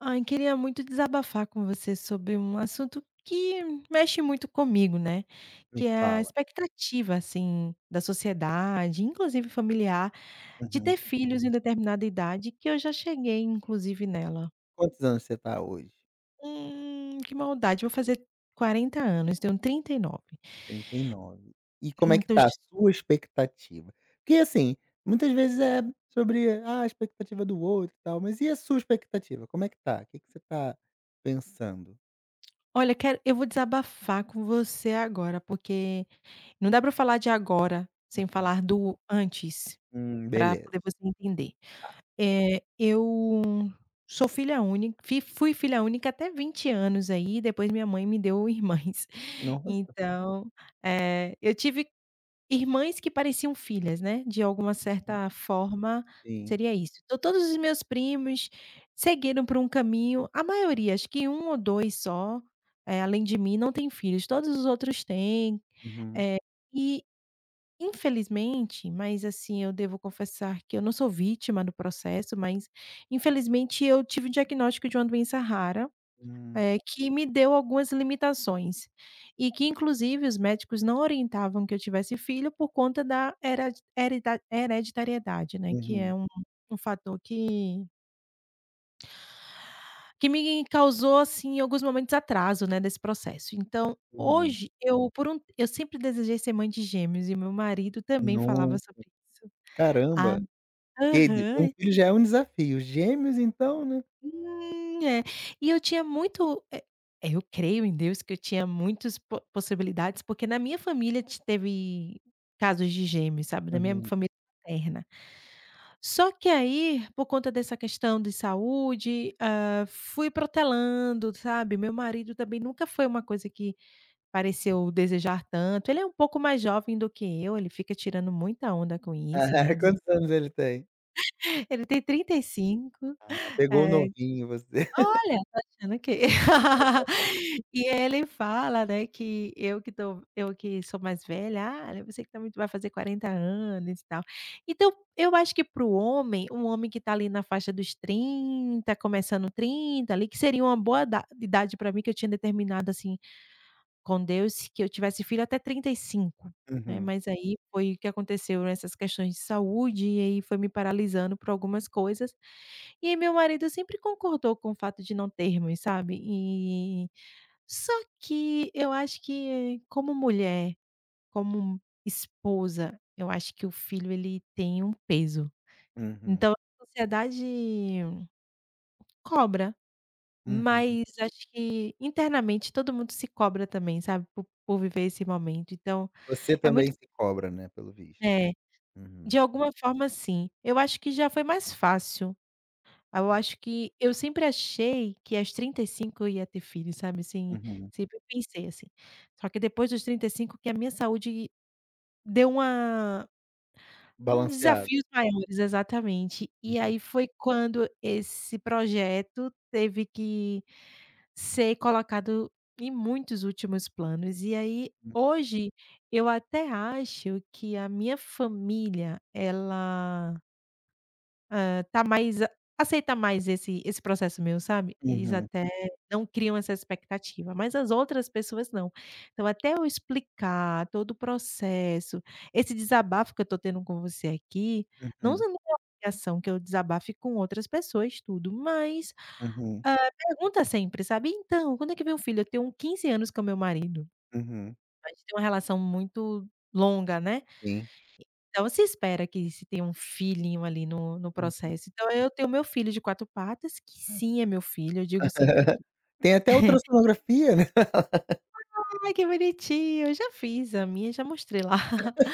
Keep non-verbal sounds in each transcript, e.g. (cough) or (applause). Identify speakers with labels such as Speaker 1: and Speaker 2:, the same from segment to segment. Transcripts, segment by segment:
Speaker 1: Ai, queria muito desabafar com você sobre um assunto que mexe muito comigo, né,
Speaker 2: Me
Speaker 1: que é a
Speaker 2: fala.
Speaker 1: expectativa, assim, da sociedade, inclusive familiar, de
Speaker 2: Aham.
Speaker 1: ter filhos em determinada idade, que eu já cheguei inclusive nela.
Speaker 2: Quantos anos você tá hoje?
Speaker 1: Que maldade, vou fazer 40 anos, tenho 39.
Speaker 2: 39 e como é que
Speaker 1: Então
Speaker 2: tá a
Speaker 1: j
Speaker 2: sua expectativa? Porque, assim, muitas vezes é sobre a expectativa do outro e tal, mas e a sua expectativa, como é que tá? O que que você tá pensando?
Speaker 1: olha, quero eu vou desabafar com você agora, porque não dá para falar de agora sem
Speaker 2: Hum.
Speaker 1: falar do antes, para
Speaker 2: Beleza.
Speaker 1: poder você entender. Eu sou filha única fi fui filha única até 20 anos, aí depois minha mãe me deu irmãs. (laughs)
Speaker 2: Nossa.
Speaker 1: Então, eu tive irmãs que pareciam filhas, né, de alguma certa forma,
Speaker 2: Sim.
Speaker 1: seria isso. Então todos os meus primos seguiram por um caminho, a maioria, acho que um ou 2 só, além de mim, não tem filhos, todos os outros têm.
Speaker 2: Uhum.
Speaker 1: eh, Infelizmente, mas assim, eu devo confessar que eu não sou vítima do processo, mas infelizmente eu tive o diagnóstico de uma doença rara,
Speaker 2: Hum.
Speaker 1: que me deu algumas limitações, e que inclusive os médicos não orientavam que eu tivesse filho por conta da heradi hereda hereditariedade, né, que é
Speaker 2: Uhum,
Speaker 1: um fator que me causou, assim, em alguns momentos, atraso, né, desse processo. Então,
Speaker 2: uhum.
Speaker 1: hoje eu por um eu sempre desejei ser mãe de gêmeos e meu marido também falava
Speaker 2: Nossa,
Speaker 1: sobre.
Speaker 2: caramba. Que de um
Speaker 1: Aham.
Speaker 2: filho já é um desafio, gêmeos então, né.
Speaker 1: É. E eu tinha muito, eu creio em Deus que eu tinha muitas po possibilidades, porque na minha família ti teve casos de gêmeos, sabe, da minha
Speaker 2: Uhum.
Speaker 1: família paterna. Só que aí, por conta dessa questão de saúde, fui protelando, sabe. Meu marido também nunca foi uma coisa que pareceu desejar tanto. Ele é um pouco mais jovem do que eu, ele fica tirando muita onda com
Speaker 2: Ah,
Speaker 1: isso, né,
Speaker 2: (laughs)
Speaker 1: diz.
Speaker 2: quantos anos ele tem?
Speaker 1: (laughs) Ele tem 35.
Speaker 2: Ah, pegou o
Speaker 1: eh,
Speaker 2: novinho você. (laughs)
Speaker 1: Olha, tá achando que… (laughs) E ele fala, né, que eu que tô, eu que sou mais velha: "Ah, né, você que também vai fazer 40 anos e tal". Então, eu acho que para o homem, um homem que tá ali na faixa dos 30, começando 30, ali, que seria uma boa da idade para mim, que eu tinha determinado, assim, com Deus, que eu tivesse filho até 35, né,
Speaker 2: Uhum,
Speaker 1: mas aí foi o que aconteceu nessas questões de saúde, e aí foi me paralisando por algumas coisas. E aí meu marido sempre concordou com o fato de não termos, sabe. E só que eu acho que como mulher, como esposa, eu acho que o filho ele tem um peso.
Speaker 2: uhum,
Speaker 1: Então a sociedade cobra,
Speaker 2: uhum.
Speaker 1: mas acho que internamente todo mundo se cobra também, sabe, por viver esse momento. Então
Speaker 2: Você
Speaker 1: é muito…
Speaker 2: também se cobra, né, pelo visto.
Speaker 1: é, de
Speaker 2: Uhum.
Speaker 1: alguma forma sim. Eu acho que já foi mais fácil. Ah, eu acho que eu sempre achei que aos 35 eu ia ter filho, sabe, assim,
Speaker 2: Uhum.
Speaker 1: sempre pensei assim. Só que depois dos 35 que a minha saúde deu uma… um
Speaker 2: Balanceado.
Speaker 1: desafios maiores, exatamente. E
Speaker 2: Uhum,
Speaker 1: aí foi quando esse projeto teve que ser colocado em muitos últimos planos. E aí, hoje, eu até acho que a minha família, ela… tá mais a… aceita mais esse processo meu, sabe. Eles
Speaker 2: uhum,
Speaker 1: até não criam essa expectativa, mas as outras pessoas não. Então até eu explicar todo o processo, esse desabafo que eu tô tendo com você aqui,
Speaker 2: uhum,
Speaker 1: não é uma obrigação que eu desabafe com outras pessoas, tudo, mas,
Speaker 2: uhum,
Speaker 1: hã, pergunta sempre, sabe: "Então, quando é que vem o filho?". Eu tenho 15 anos com meu marido,
Speaker 2: uhum.
Speaker 1: a gente tem uma relação muito longa, né.
Speaker 2: Sim.
Speaker 1: Então se espera que se tenha um filhinho ali no
Speaker 2: Uhum.
Speaker 1: processo. Então eu tenho meu filho de 4 patas, que sim é meu filho, eu digo sempre
Speaker 2: (laughs)
Speaker 1: que:
Speaker 2: Tem até ultrassonografia, né.
Speaker 1: "Ai, que bonitinho, eu já fiz a minha, já mostrei lá". (laughs)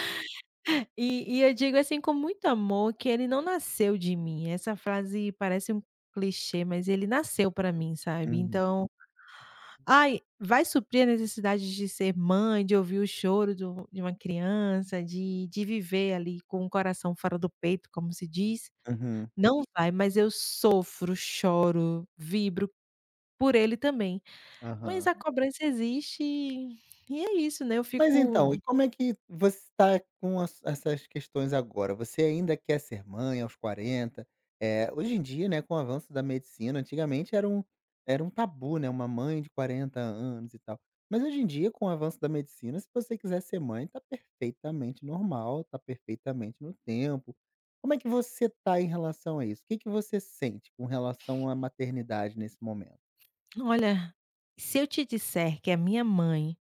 Speaker 1: E eu digo assim com muito amor que ele não nasceu de mim, essa frase parece um clichê, mas ele nasceu pra mim, sabe.
Speaker 2: Uhum,
Speaker 1: Então, ai, vai suprir a necessidade de ser mãe, de ouvir o choro do de uma criança, de viver ali com o coração fora do peito, como se diz.
Speaker 2: uhum,
Speaker 1: Não vai, mas eu sofro, choro, vibro por ele também. Mas
Speaker 2: aham.
Speaker 1: a cobrança existe e é isso, né, eu
Speaker 2: Mas então,
Speaker 1: fico…
Speaker 2: e como é que você está com as essas questões agora? Você ainda quer ser mãe aos 40? Hoje em dia, né, com o avanço da medicina, antigamente era um tabu, né, uma mãe de 40 anos e tal. Mas hoje em dia, com o avanço da medicina, se você quiser ser mãe, tá perfeitamente normal, está perfeitamente no tempo. Como é que você está em relação a isso? O que que você sente com relação à maternidade nesse momento?
Speaker 1: Olha, se eu te disser que a minha mãe,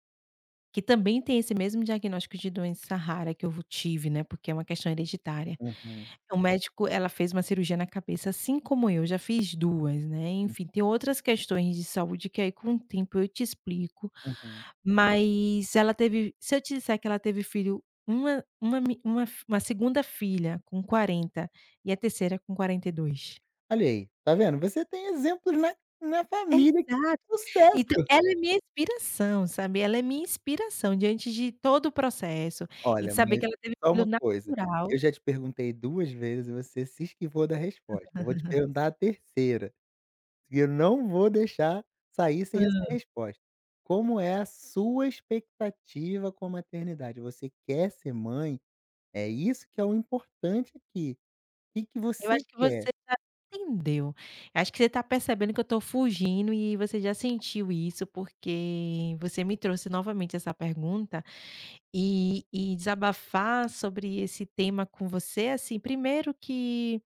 Speaker 1: que também tem esse mesmo diagnóstico de doença rara que eu tive, né, porque é uma questão hereditária.
Speaker 2: Uhum,
Speaker 1: O médico… ela fez uma cirurgia na cabeça, assim como eu, já fiz 2, né,
Speaker 2: hum,
Speaker 1: enfim, tem outras questões de saúde que aí com o tempo eu te explico,
Speaker 2: uhum.
Speaker 1: mas ela teve… se eu te disser que ela teve filho, uma me uma f uma segunda filha com 40 e a terceira com 42.
Speaker 2: Olha aí, tá vendo? Você tem exemplos na na família de
Speaker 1: Exato.
Speaker 2: sucesso.
Speaker 1: Então ela é minha inspiração, sabe, ela é minha inspiração diante de todo o processo e de
Speaker 2: Olha,
Speaker 1: saber
Speaker 2: mas
Speaker 1: que ela teve
Speaker 2: só
Speaker 1: filho
Speaker 2: uma coisa, eu
Speaker 1: natural.
Speaker 2: já te perguntei 2 vezes e você se esquivou da resposta. Eu vou te perguntar a terceira, e eu não vou deixar sair sem essa resposta. Como é a sua expectativa com a maternidade? Você quer ser mãe? É isso que é o importante aqui. O que que
Speaker 1: Eu
Speaker 2: você
Speaker 1: acho que você
Speaker 2: quer?
Speaker 1: já entendeu. Acho que você está percebendo que eu estou fugindo e você já sentiu isso, porque você me trouxe novamente essa pergunta, e desabafar sobre esse tema com você, assim, primeiro que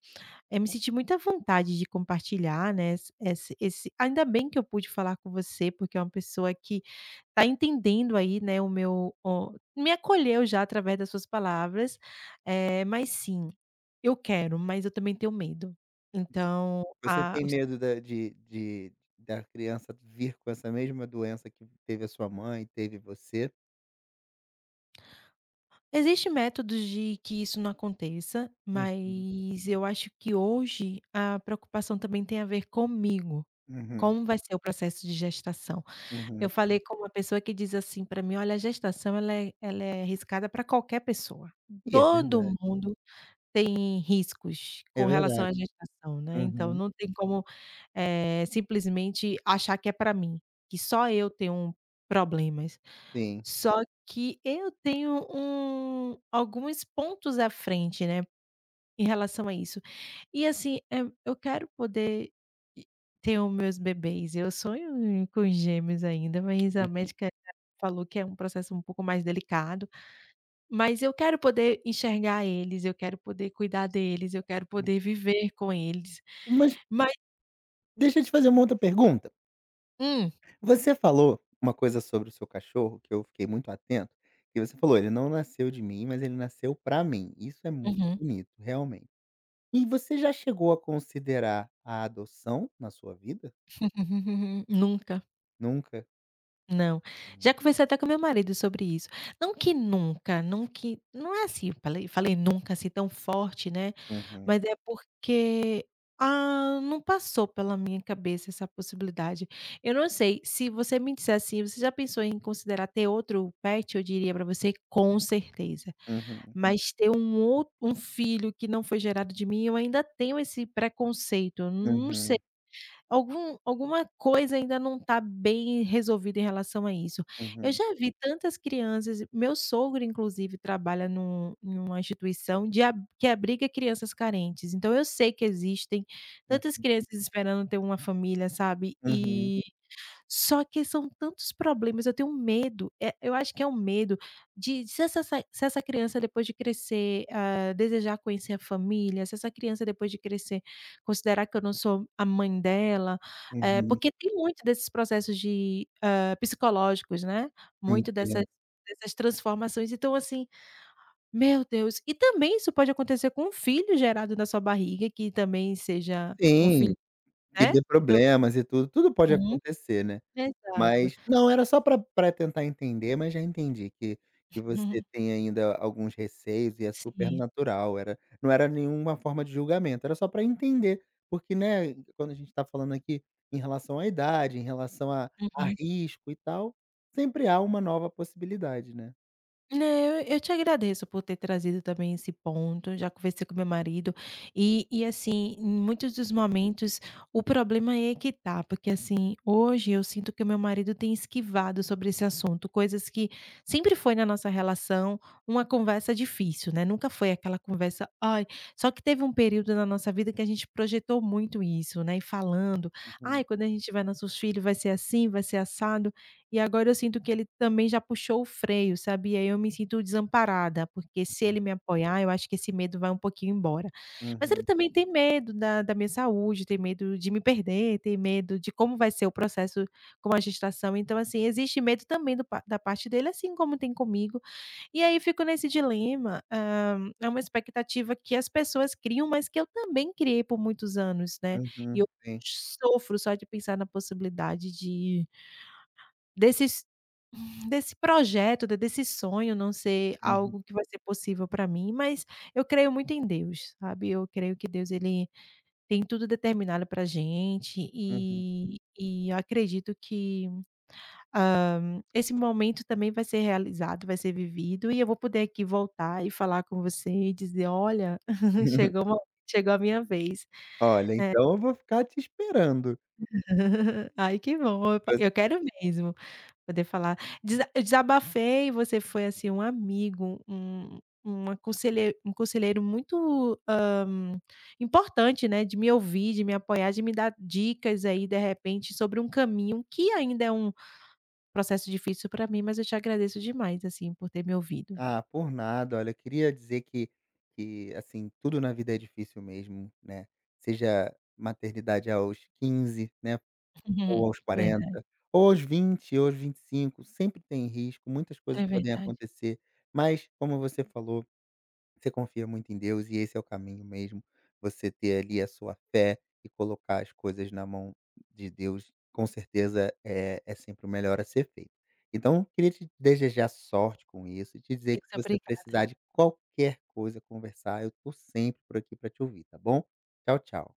Speaker 1: eu me senti muita vontade de compartilhar, né, esse… ainda bem que eu pude falar com você, porque é uma pessoa que está entendendo aí, né, o meu o me acolheu já através das suas palavras. É, mas sim, eu quero, mas eu também tenho medo. Então,
Speaker 2: Você
Speaker 1: a
Speaker 2: tem
Speaker 1: os…
Speaker 2: medo da de da criança vir com essa mesma doença que teve a sua mãe, teve você?
Speaker 1: existe métodos de que isso não aconteça,
Speaker 2: Uhum,
Speaker 1: mas eu acho que hoje a preocupação também tem a ver comigo,
Speaker 2: uhum,
Speaker 1: como vai ser o processo de gestação. Eu
Speaker 2: uhum.
Speaker 1: falei com uma pessoa que diz assim para mim: "Olha, a gestação ela é… ela é arriscada para qualquer pessoa.
Speaker 2: E é
Speaker 1: Todo
Speaker 2: verdade,
Speaker 1: mundo tem riscos com
Speaker 2: é
Speaker 1: relação
Speaker 2: verdade.
Speaker 1: à gestação, né, então
Speaker 2: Uhum,
Speaker 1: não tem como, simplesmente achar que é para mim, que só eu tenho problemas.
Speaker 2: sim.
Speaker 1: Só que eu tenho alguns pontos à frente, né". Em relação a isso. E assim, eu quero poder e ter os meus bebês, eu sonho em… com gêmeos ainda, mas a
Speaker 2: Uhum.
Speaker 1: médica falou que é um processo um pouco mais delicado, mas eu quero poder enxergar eles, eu quero poder cuidar deles, eu quero poder viver com eles,
Speaker 2: Mas
Speaker 1: mas…
Speaker 2: deixa eu te fazer uma outra pergunta.
Speaker 1: hum,
Speaker 2: Você falou uma coisa sobre o seu cachorro que eu fiquei muito atento. E você falou: "Ele não nasceu de mim, mas ele nasceu pra mim". Isso é muito
Speaker 1: uhum.
Speaker 2: bonito, realmente. E você já chegou a considerar a adoção na sua vida?
Speaker 1: (laughs) Nunca.
Speaker 2: Nunca?
Speaker 1: Não.
Speaker 2: Hum,
Speaker 1: Já conversei até com meu marido sobre isso. Não que nunca, não que não é assim, falei nunca assim tão forte, né,
Speaker 2: uhum,
Speaker 1: mas é porque, ah, não passou pela minha cabeça essa possibilidade. Eu não sei, se você me disser assim: "Você já pensou em considerar ter outro pet?", eu diria pra você: "Com certeza".
Speaker 2: uhum.
Speaker 1: Mas ter um outro, um filho que não foi gerado de mim, eu ainda tenho esse preconceito. Eu não…
Speaker 2: Uhum,
Speaker 1: algum… alguma coisa ainda não está bem resolvida em relação a isso. Eu
Speaker 2: uhum,
Speaker 1: já vi tantas crianças… meu sogro inclusive trabalha numa instituição de ab que abriga crianças carentes, então eu sei que existem tantas
Speaker 2: uhum,
Speaker 1: crianças esperando ter uma família, sabe,
Speaker 2: uhum,
Speaker 1: e só que são tantos problemas, eu tenho um medo, eu acho que é um medo de… se essa criança depois de crescer, ah, desejar conhecer a família, se essa criança depois de crescer considerar que eu não sou a mãe dela,
Speaker 2: uhum,
Speaker 1: porque tem muito desses processos de, psicológicos, né, muito dessas…
Speaker 2: entendo.
Speaker 1: dessas transformações, então assim, meu Deus, e também isso pode acontecer com um filho gerado na sua barriga que também seja um
Speaker 2: Sim,
Speaker 1: filho,
Speaker 2: que
Speaker 1: né,
Speaker 2: dê
Speaker 1: então…
Speaker 2: problemas e tudo, tudo pode
Speaker 1: uhum,
Speaker 2: acontecer, né.
Speaker 1: exato.
Speaker 2: Mas não, era só pra tentar entender, mas já entendi que você
Speaker 1: (laughs)
Speaker 2: tem ainda alguns receios e é super
Speaker 1: Sim.
Speaker 2: natural, era não era nenhuma forma de julgamento, era só pra entender, porque, né, quando a gente tá falando aqui em relação à idade, em relação a
Speaker 1: Uhum.
Speaker 2: risco e tal, sempre há uma nova possibilidade, né.
Speaker 1: Não, eu te agradeço por ter trazido também esse ponto. Já conversei com meu marido e, assim, em muitos dos momentos, o problema é que tá, porque assim, hoje eu sinto que o meu marido tem esquivado sobre esse assunto, coisas que sempre foi na nossa relação uma conversa difícil, né, nunca foi aquela conversa: "Ai"… só que teve um período na nossa vida que a gente projetou muito isso, né, e falando:
Speaker 2: Uhum,
Speaker 1: "Ai, quando a gente tiver nossos filhos vai ser assim, vai ser assado". E agora eu sinto que ele também já puxou o freio, sabe, e aí eu me sinto desamparada, porque se ele me apoiar, eu acho que esse medo vai um pouquinho embora. Mas ele
Speaker 2: uhum,
Speaker 1: também tem medo da minha saúde, tem medo de me perder, tem medo de como vai ser o processo com a gestação, então, assim, existe medo também do pa da parte dele, assim como tem comigo. E aí fico nesse dilema, é uma expectativa que as pessoas criam, mas que eu também criei por muitos anos, né, e
Speaker 2: uhum,
Speaker 1: eu
Speaker 2: sim,
Speaker 1: sofro só de pensar na possibilidade de… desses… desse projeto, de… desse sonho não ser
Speaker 2: uhum.
Speaker 1: algo que vai ser possível para mim, mas eu creio muito em Deus, sabe. Eu creio que Deus, ele tem tudo determinado para gente
Speaker 2: Uhum.
Speaker 1: e eu acredito que esse momento também vai ser realizado, vai ser vivido e eu vou poder aqui voltar e falar com você e dizer: "Olha, (laughs) chegou
Speaker 2: (laughs)
Speaker 1: uma… chegou a minha vez".
Speaker 2: Olha,
Speaker 1: É.
Speaker 2: então eu vou ficar te esperando.
Speaker 1: (laughs) Ai, que bom,
Speaker 2: Mas
Speaker 1: eu quero mesmo. Poder falar. Desa Eu desabafei, você foi, assim, um amigo, uma conselhe um conselheiro muito, importante, né, de me ouvir, de me apoiar, de me dar dicas aí, de repente, sobre um caminho que ainda é um processo difícil para mim, mas eu te agradeço demais, assim, por ter me ouvido.
Speaker 2: por nada. Olha, eu queria dizer que, assim, tudo na vida é difícil mesmo, né, seja maternidade aos 15, né,
Speaker 1: (laughs)
Speaker 2: ou aos
Speaker 1: Verdade,
Speaker 2: 40, ou aos 20, ou aos 25, sempre tem risco, muitas coisas
Speaker 1: é
Speaker 2: podem
Speaker 1: verdade.
Speaker 2: acontecer, mas como você falou você confia muito em Deus e esse é o caminho mesmo, você ter ali a sua fé e colocar as coisas na mão de Deus, com certeza é sempre o melhor a ser feito. Então queria te desejar sorte com isso e te dizer que se
Speaker 1: Muito obri
Speaker 2: você precisar de qualquer coisa, conversar, eu estou sempre por aqui para te ouvir, tá bom? Tchau, tchau.